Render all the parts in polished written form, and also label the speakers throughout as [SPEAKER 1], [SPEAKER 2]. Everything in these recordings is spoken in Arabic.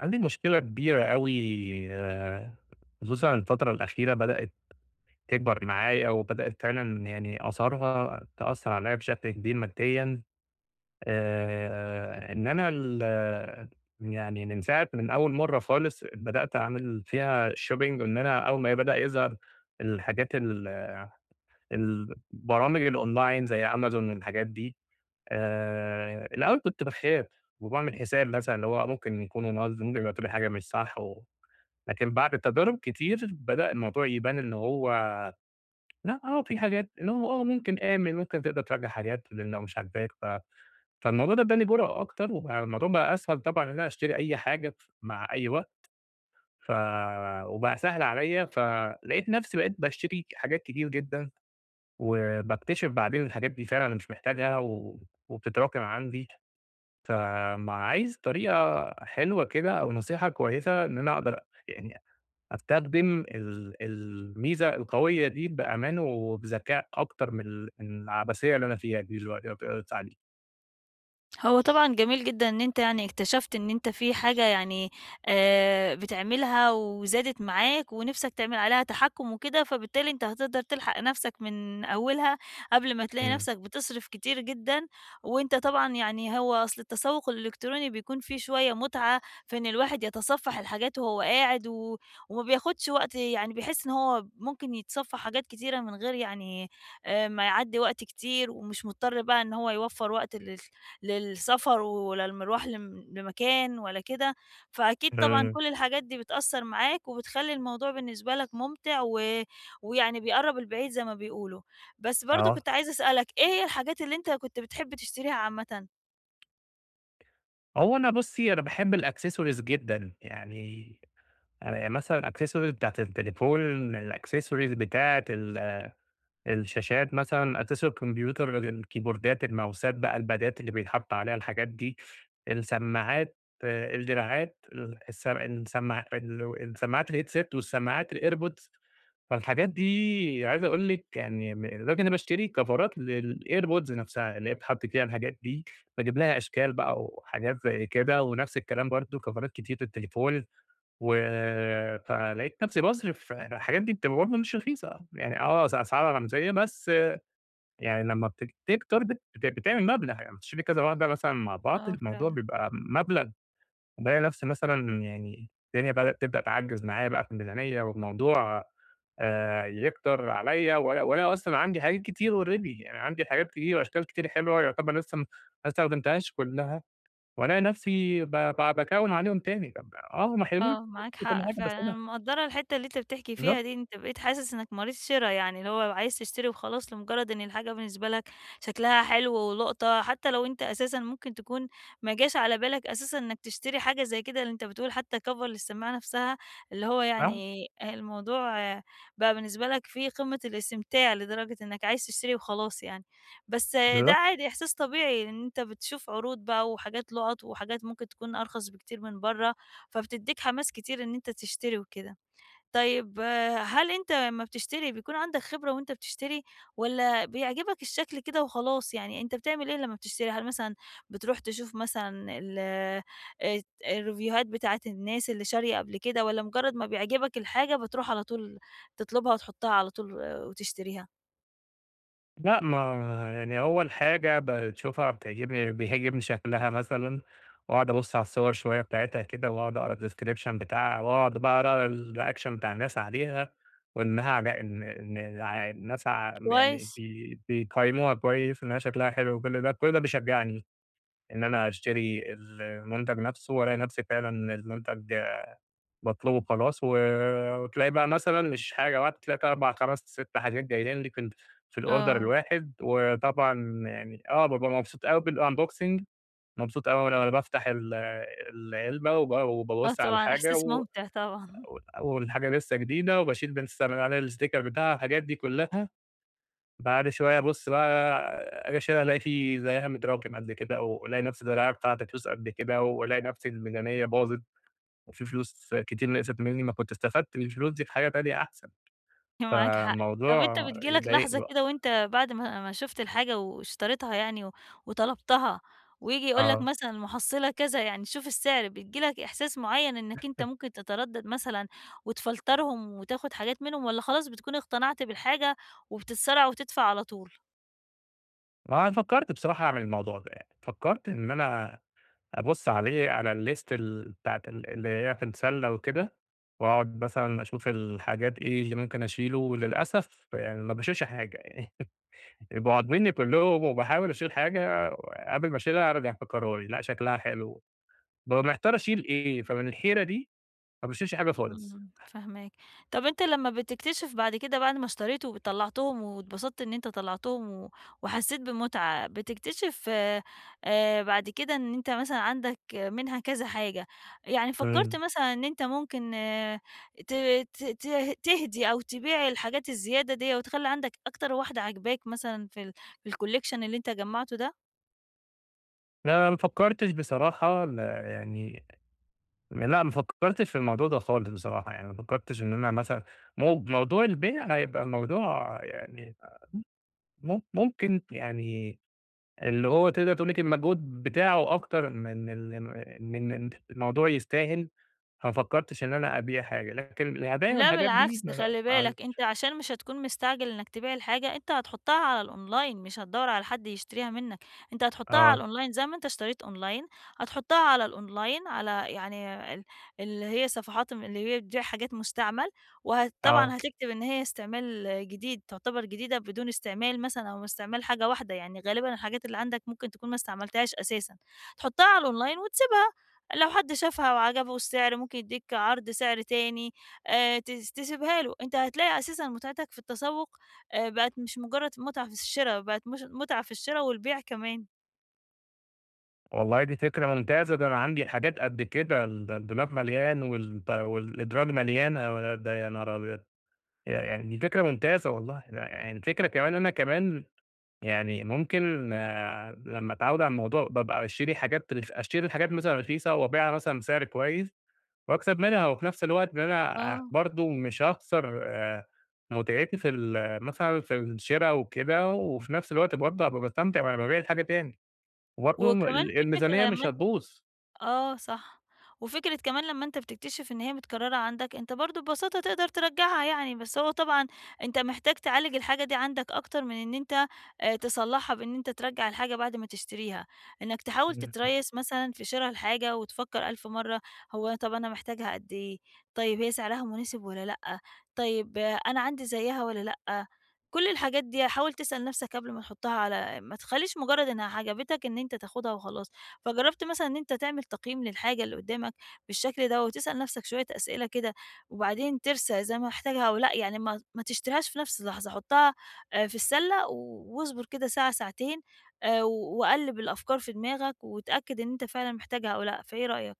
[SPEAKER 1] عندي مشكلة كبيرة أوي. آآ، خصوصًا الفترة الأخيرة بدأت تكبر معايا وبدأت فعلًا يعني آثارها تأثّر عليّا بشكل كبير ماديًا. إن أنا يعني من أول مرّة خالص بدأت أعمل فيها shopping. إن أنا أول ما بدأ يظهر الحاجات البرامج الأونلاين زي أمازون والحاجات دي. الأول كنت باخاف وباعمل حساب مثلًا اللي هو ممكن يكونوا نصب، ممكن يبعتوا لي حاجة مش صح. لكن بعد تجارب كتير بدأ الموضوع يبان إن هو لأ. في حاجات إن هو ممكن آمن، ممكن تقدر تراجع حاجات لأن لو مش عاجباك. فالموضوع ده ادّاني جُرأة أكتر، وبقى الموضوع بقى أسهل طبعًا إن أنا أشتري أي حاجة مع أي وقت. ف وبقى سهل عليّا، فلقيت نفسي بقيت باشتري حاجات كتير جدًا، وباكتشف بعدين الحاجات دي فعلًا أنا مش محتاجها و وبتتراكم عندي. فما عايز طريقة حلوة كده أو نصيحة كويسة إن أنا أقدر يعني أستخدم الميزة القوية دي بأمان وبذكاء أكتر من العبثية اللي أنا فيها دي دلوقتي بقيت عليه.
[SPEAKER 2] هو طبعًا جميل جدًا إن أنت يعني اكتشفت إن أنت في حاجة يعني بتعملها وزادت معاك ونِفْسك تعمل عليها تحكُّم وكده، فبالتالي أنت هتقدر تلحق نَفْسك من أولها قبل ما تلاقي
[SPEAKER 1] إمم.
[SPEAKER 2] نَفْسك بتصرف كتير جدًا. وأنت طبعًا يعني هو أصل التسوّق الإلكتروني بيكون فيه شوية متعة في إن الواحد يتصفّح الحاجات وهو قاعد وما بياخدش وقت، يعني بيحس إن هو ممكن يتصفّح حاجات كتيرة من غير يعني ما يعدّي وقت كتير ومش مضطر بقى إن هو يوفّر وقت للسفر ولا المروح لم لمكان ولا كده. فأكيد طبعًا
[SPEAKER 1] إمم.
[SPEAKER 2] كل الحاجات دي بتأثّر معاك وبتخلّي الموضوع بالنسبة لك ممتع ويعني بيقرّب البعيد زي ما بيقولوا. بس برضه
[SPEAKER 1] آه.
[SPEAKER 2] كنت عايزة أسألك إيه هي الحاجات اللي أنت كنت بتحب تشتريها عامةً؟
[SPEAKER 1] هو أنا بُصّي، أنا باحب الaccessories جدًا، يعني أنا يعني مثلًا الaccessories بتاعة التليفون، الaccessories بتاعة الشاشات مثلًا، أساس الكمبيوتر، الكيبوردات، الماوسات بقى، البادات اللي بيتحط عليها الحاجات دي، السماعات، الدراعات، ال الس السماع ال السماعات الheadset والسماعات الairpods. فالحاجات دي عايز أقول لِك يعني لدرجة إن أنا باشتري كفرات للairpods نفسها، اللي هي بتتحط فيها الحاجات دي. باجيب لها أشكال بقى وحاجات زي كده، ونفس الكلام برضه كفرات كتير للتليفون. و فلقيت نفسي باصرف الحاجات دي بتبقى برضه مش رخيصة، يعني آه أس أسعارها رمزية بس، يعني لمّا بتكتب تارجت بتكبر بتعمل مبلغ، يعني بتشتري كذا واحدة مثلًا مع بعض،
[SPEAKER 2] آه
[SPEAKER 1] الموضوع
[SPEAKER 2] فعلًا.
[SPEAKER 1] بيبقى مبلغ. بالاقي نفسي مثلًا يعني الدنيا تبدأ تعجّز معايا بقى في الميزانية، والموضوع يكتر عليّا، وأنا أصلًا عندي حاجات كتير already، يعني عندي حاجات كتير وأشكال كتير حلوة يعتبر لسه ما استخدمتهاش كلّها، وألاقي نفسي ب ب باكوّن عليهم تاني، طب ما حلوين،
[SPEAKER 2] آه، معاك
[SPEAKER 1] وكل
[SPEAKER 2] حق
[SPEAKER 1] حاجة. بس
[SPEAKER 2] فعلًا، أنا
[SPEAKER 1] أنا...
[SPEAKER 2] مقدّرة الحتّة اللي أنت بتحكي
[SPEAKER 1] بالضبط.
[SPEAKER 2] فيها دي. أنت بقيت حاسس إنك مريض شرا يعني، اللي هو عايز تشتري وخلاص لمجرد إن الحاجة بالنسبة لك شكلها حلو ولقطة، حتى لو أنت أساسًا ممكن تكون ما جاش على بالك أساسًا إنك تشتري حاجة زي كده، اللي أنت بتقول حتى cover للسماعة نفسها، اللي هو
[SPEAKER 1] آه.
[SPEAKER 2] يعني الموضوع آه، بقى بالنسبة لك في قمة الاستمتاع لدرجة إنك عايز تشتري وخلاص يعني. بس آه، ده
[SPEAKER 1] بالضبط.
[SPEAKER 2] عادي إحساس طبيعي إن أنت بتشوف عروض بقى وحاجات لُقط وحاجات ممكن تكون أرخص بكتير من برّه، فبتدّيك حماس كتير إن أنت تشتري وكده. طيب آه، هل أنت لمّا بتشتري بيكون عندك خبرة وأنت بتشتري والّا بيعجبك الشكل كده وخلاص؟ يعني أنت بتعمل إيه لمّا بتشتري؟ هل مثلًا بتروح تشوف مثلًا ال آآ الريفيوهات بتاعة الناس اللي شارية قبل كده، والّا مجرّد ما بيعجبك الحاجة بتروح على طول تطلبها وتحُطّها على طول آه، وتشتريها؟
[SPEAKER 1] لأ، ما يعني أول حاجة باشوفها بيعجبني شكلها مثلًا، وأقعد أبُص على الصور شوية بتاعتها كده، وأقعد أقرا الdescription بتاعها، وأقعد بقى أقرا الreaction بتاع الناس عليها، وإنها عجا إن الناس
[SPEAKER 2] كويس.
[SPEAKER 1] يعني بيقيّموها كويس، إنها شكلها حلو وكل ده كل ده بيشجعني إن أنا أشتري المنتج نفسه، وألاقي نفسي فعلًا المنتج باطلبه خلاص، و- وتلاقي بقى مثلًا مش حاجة واحدة، تلاقي فيه 4، 5، 6 حاجات جايين لِك في الorder
[SPEAKER 2] آه.
[SPEAKER 1] الواحد، وطبعًا يعني بابقى مبسوط أوي بالunboxing، مبسوط أوي لمّا بافتح العلبة وب
[SPEAKER 2] آه
[SPEAKER 1] وبابُص على
[SPEAKER 2] طبعًا
[SPEAKER 1] الحاجة،
[SPEAKER 2] إحساس
[SPEAKER 1] و
[SPEAKER 2] ممتع طبعًا.
[SPEAKER 1] والحاجة لسه جديدة، وباشيل لسه من عليها الsticker بتاعها، الحاجات دي كلّها. بعد شوية أبُص بقى، آجي أشيلها ألاقي في زيها متراكم قد كده، والاقي نفسي الدراعة بتاعتي فلوس قد كده، والاقي نفسي الميزانية باظت. وفي فلوس كتير نقصت منّي، ما كنت استفدت بالفلوس دي في حاجة تانية أحسن،
[SPEAKER 2] معاك حق. طب أنت
[SPEAKER 1] فالموضوع
[SPEAKER 2] بتيجي لك
[SPEAKER 1] يضايقني
[SPEAKER 2] لحظة
[SPEAKER 1] بقى.
[SPEAKER 2] كده وأنت بعد ما شُفت الحاجة واشتريتها، يعني وطلبتها وييجي يقول لك
[SPEAKER 1] آه.
[SPEAKER 2] مثلًا المحصّلة كذا، يعني شوف السعر، بييجي لك إحساس معيّن إنّك أنت ممكن تتردّد مثلًا وتفلترهم وتاخُد حاجات منهم، والّا خلاص بتكون اقتنعت بالحاجة وبتتسرع وتدفع على طول؟
[SPEAKER 1] ما انا فكّرت بصراحة أعمل الموضوع ده، يعني فكّرت إن أنا أبُص عليه على الlist، بتاعة اللي هي في السَلّة وكده، وأقعد مثلًا أشوف الحاجات إيه اللي ممكن أشيله، وللأسف يعني ما باشيلش حاجة، يعني بيبقوا عاجبينّي كلّهم، وباحاول أشيل حاجة، قبل ما أشيلها أرجع في قراري، لأ شكلها حلو، بابقى محتار أشيل إيه، فمن الحيرة دي ما باشيلش حاجة خالص.
[SPEAKER 2] إمم، فاهماك. طَب أنت لمّا بتكتشف بعد كده، بعد ما اشتريت وطلّعتهم واتبسطت إن أنت طلّعتهم وحسّيت بمتعة، بتكتشف بعد كده إن أنت مثلًا عندك منها كذا حاجة، يعني فكّرت
[SPEAKER 1] إمم.
[SPEAKER 2] مثلًا إن أنت ممكن آه، ت ت ت تهدي أو تبيع الحاجات الزيادة ديّة وتخلّي عندك أكتر واحدة عاجباك مثلًا في الcollection اللي أنت جمّعته ده؟
[SPEAKER 1] لا ما فكّرتش بصراحة لا يعني لأ، ما فكّرتش في الموضوع ده خالص بصراحة، يعني ما فكّرتش إن أنا مثلًا، موضوع البيع هيبقى موضوع يعني ممكن يعني، اللي هو تقدر تقول لِك المجهود بتاعه أكتر من إن الموضوع يستاهل، فما فكّرتش إن أنا أبيع حاجة، لكن الهدايا
[SPEAKER 2] لأ
[SPEAKER 1] والحاجات دي
[SPEAKER 2] بالعكس،
[SPEAKER 1] ما
[SPEAKER 2] خلّي
[SPEAKER 1] ما
[SPEAKER 2] بالك أنت عشان مش هتكون مستعجل إنك تبيع الحاجة، أنت هتحطّها على الonline، مش هتدوّر على حد يشتريها منك، أنت هتحطّها
[SPEAKER 1] آه.
[SPEAKER 2] على الonline زي ما أنت اشتريت online، هتحطّها على الonline على يعني اللي هي صفحات م اللي هي بتبيع حاجات مستعمل.
[SPEAKER 1] آه.
[SPEAKER 2] طبعًا هتكتب إن هي استعمال جديد، تعتبر جديدة بدون استعمال مثلًا، أو استعمال حاجة واحدة، يعني غالبًا الحاجات اللي عندك ممكن تكون ما استعملتهاش أساسًا، تحطّها على الonline وتسيبها. لو حد شافها وعجبه السعر ممكن يدّيك عرض سعر تاني، تس تسيبها له. أنت هتلاقي أساسًا متعتك في التسوق بقت مش مجرد متعة في الشرا، بقت مش متعة في الشرا والبيع كمان.
[SPEAKER 1] والله دي فكرة ممتازة، ده أنا عندي حاجات قد كده، الدولاب مليان والط والإدراج مليانة، ده يا نهار أبيض! يعني دي فكرة ممتازة والله. لأ، يعني الفكرة كمان، أنا كمان يعني ممكن، لمّا أتعوّد على الموضوع بابقى، باشتري حاجات رخ أشتري الحاجات مثلًا رخيصة وأبيعها مثلًا بسعر كويس وأكسب منها، وفي نفس الوقت إن أنا
[SPEAKER 2] آه.
[SPEAKER 1] برضه مش هاخسر متعتي في ال مثلًا في الشرا وكده، وفي نفس الوقت برضه هابقى باستمتع وأنا بابيع الحاجة تاني، وبرضه
[SPEAKER 2] وكمان في فكرة
[SPEAKER 1] الميزانية مش
[SPEAKER 2] لمّا أنت
[SPEAKER 1] هتبوظ.
[SPEAKER 2] آه صح، وفكرة كمان لمّا أنت بتكتشف إن هي متكررة عندك، أنت برضه ببساطة تقدر ترجّعها يعني. بس هو طبعًا أنت محتاج تعالج الحاجة دي عندك أكتر من إن أنت تصلّحها بإن أنت ترجّع الحاجة بعد ما تشتريها. إنك تحاول تتريّث مثلًا في شرا الحاجة وتفكّر ألف مرّة، هو طَب أنا محتاجها قد إيه؟ طيب هي سعرها مناسب والّا لأ؟ طيب آه، أنا عندي زيّها والّا لأ؟ كل الحاجات دي حاول تسأل نَفْسك قبل ما تحطّها، على ما تخلّيش مجرّد إنها عجبتك إن أنت تاخدها وخلاص. فجربت مثلًا إن أنت تعمل تقييم للحاجة اللي قدامك بالشكل ده، وتسأل نفسك شوية أسئلة كده، وبعدين ترسى إذا ما محتاجها أو لأ. يعني ما تشتريهاش في نفس اللحظة، حطها في السلة واصبر كده ساعة ساعتين، وقلِّب الأفكار في دماغك، واتأكد إن أنت فعلًا محتاجها أو لأ، فإيه رأيك؟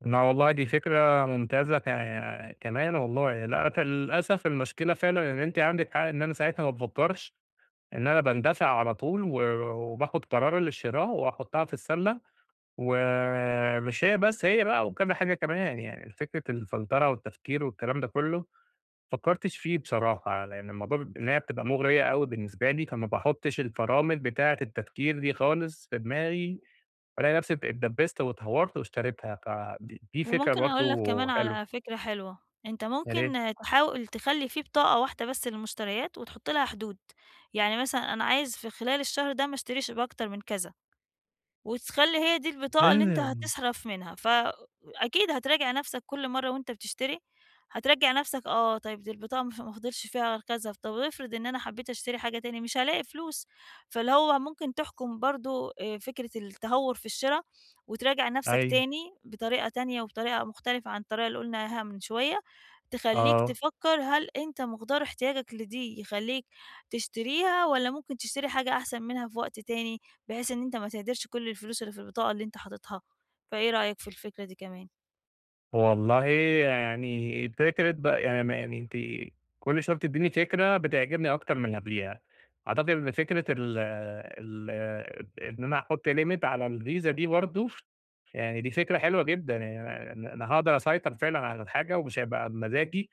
[SPEAKER 1] لا والله دي فكرة ممتازة كمان والله. لا، للأسف المشكلة فعلا إن أنت عندك حق، إن أنا ساعتها ما بفكرش، إن أنا بندفع على طول و- وباخد قرار للشراء وأحطها في السلة، ومش هي بس، هي بقى وكذا حاجة كمان، يعني فكرة الفلترة والتفكير والكلام ده كله فكرتش فيه بصراحة، لأن الموضوع إن هي بتبقى مغرية قوي بالنسبة لي، فما بحطش الفرامل بتاعة التفكير دي خالص في دماغي، بالاقي نفسي اتدبست واتهورت واشتريتها، فدي فكرة
[SPEAKER 2] وممكن
[SPEAKER 1] برضه
[SPEAKER 2] أقول لك كمان
[SPEAKER 1] حلوة.
[SPEAKER 2] على فكرة حلوة، أنت
[SPEAKER 1] يا ريت.
[SPEAKER 2] ممكن آه، تحاول تخلّي في بطاقة واحدة بس للمشتريات، وتحط لها حدود. يعني مثلًا أنا عايز في خلال الشهر ده ما اشتريش بأكتر من كذا. وتخلّي هي دي البطاقة اللي أنت
[SPEAKER 1] إمم.
[SPEAKER 2] هتصرف منها، فأكيد هتراجع نَفْسك كل مرّة وأنت بتشتري. هتراجع نَفْسك آه، طيب دي البطاقة ما فاضلش فيها غير كذا، طب افرض إن أنا حبّيت أشتري حاجة تاني مش هالاقي فلوس. فاللي هو ممكن تحكم برضه فكرة التهوّر في الشرا وتراجع نَفْسك
[SPEAKER 1] أيوه.
[SPEAKER 2] تاني بطريقة تانية وبطريقة مختلفة عن الطريقة اللي قُلناها من شوية، تخلّيك
[SPEAKER 1] آه.
[SPEAKER 2] تفكّر هل أنت مقدار احتياجك لدي يخلّيك تشتريها، والّا ممكن تشتري حاجة أحسن منها في وقت تاني؟ بحيث إن أنت ما تهدرش كل الفلوس اللي في البطاقة اللي أنت حاططها. فإيه رأيك في الفكرة دي كمان؟
[SPEAKER 1] والله يعني، فكرة بقى يعني، ما يعني أنتِ كل شوية بتديني فكرة بتعجبني أكتر من اللي قبليها. أعتقد إن فكرة ال إن أنا أحط limit على الفيزا دي برضه، يعني دي فكرة حلوة جدًا، يعني أنا هاقدر أسيطر فعلًا على الحاجة ومش هيبقى بمزاجي.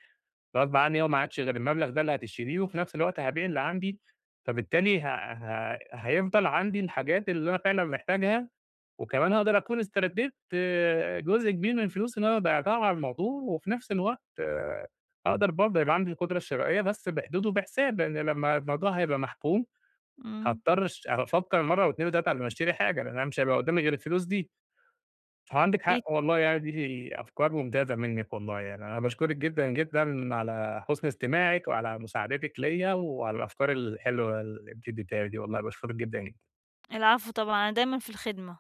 [SPEAKER 1] غصب عني، هو ما عادش غير المبلغ ده اللي هتشتريه، وفي نفس الوقت هابيع اللي عندي، فبالتالي ه ه هيفضل عندي الحاجات اللي أنا فعلًا محتاجها، وكمان هاقدر أكون استرديت جزء كبير من الفلوس اللي أنا ضيعتها على الموضوع، وفي نفس الوقت، أقدر برضه يبقى عندي القدرة الشرائية بس بحدود وبحساب، لأن لمّا الموضوع هيبقى محكوم
[SPEAKER 2] إمم.
[SPEAKER 1] هاضطر أفكر مرة و2 و3 قبل ما أشتري حاجة، لأن أنا مش هيبقى قدامي غير الفلوس دي. عندِك
[SPEAKER 2] إيه
[SPEAKER 1] حق والله، يعني دي أفكار ممتازة منِّك والله، يعني أنا باشكرِك جدًا، جدًا على حُسن استماعِك وعلى مساعدتِك ليّا وعلى الأفكار الحلوة اللي أنتِ ادّيتيها لي دي، والله باشكرِك جدًا.
[SPEAKER 2] العفو طبعًا، أنا دايمًا في الخدمة.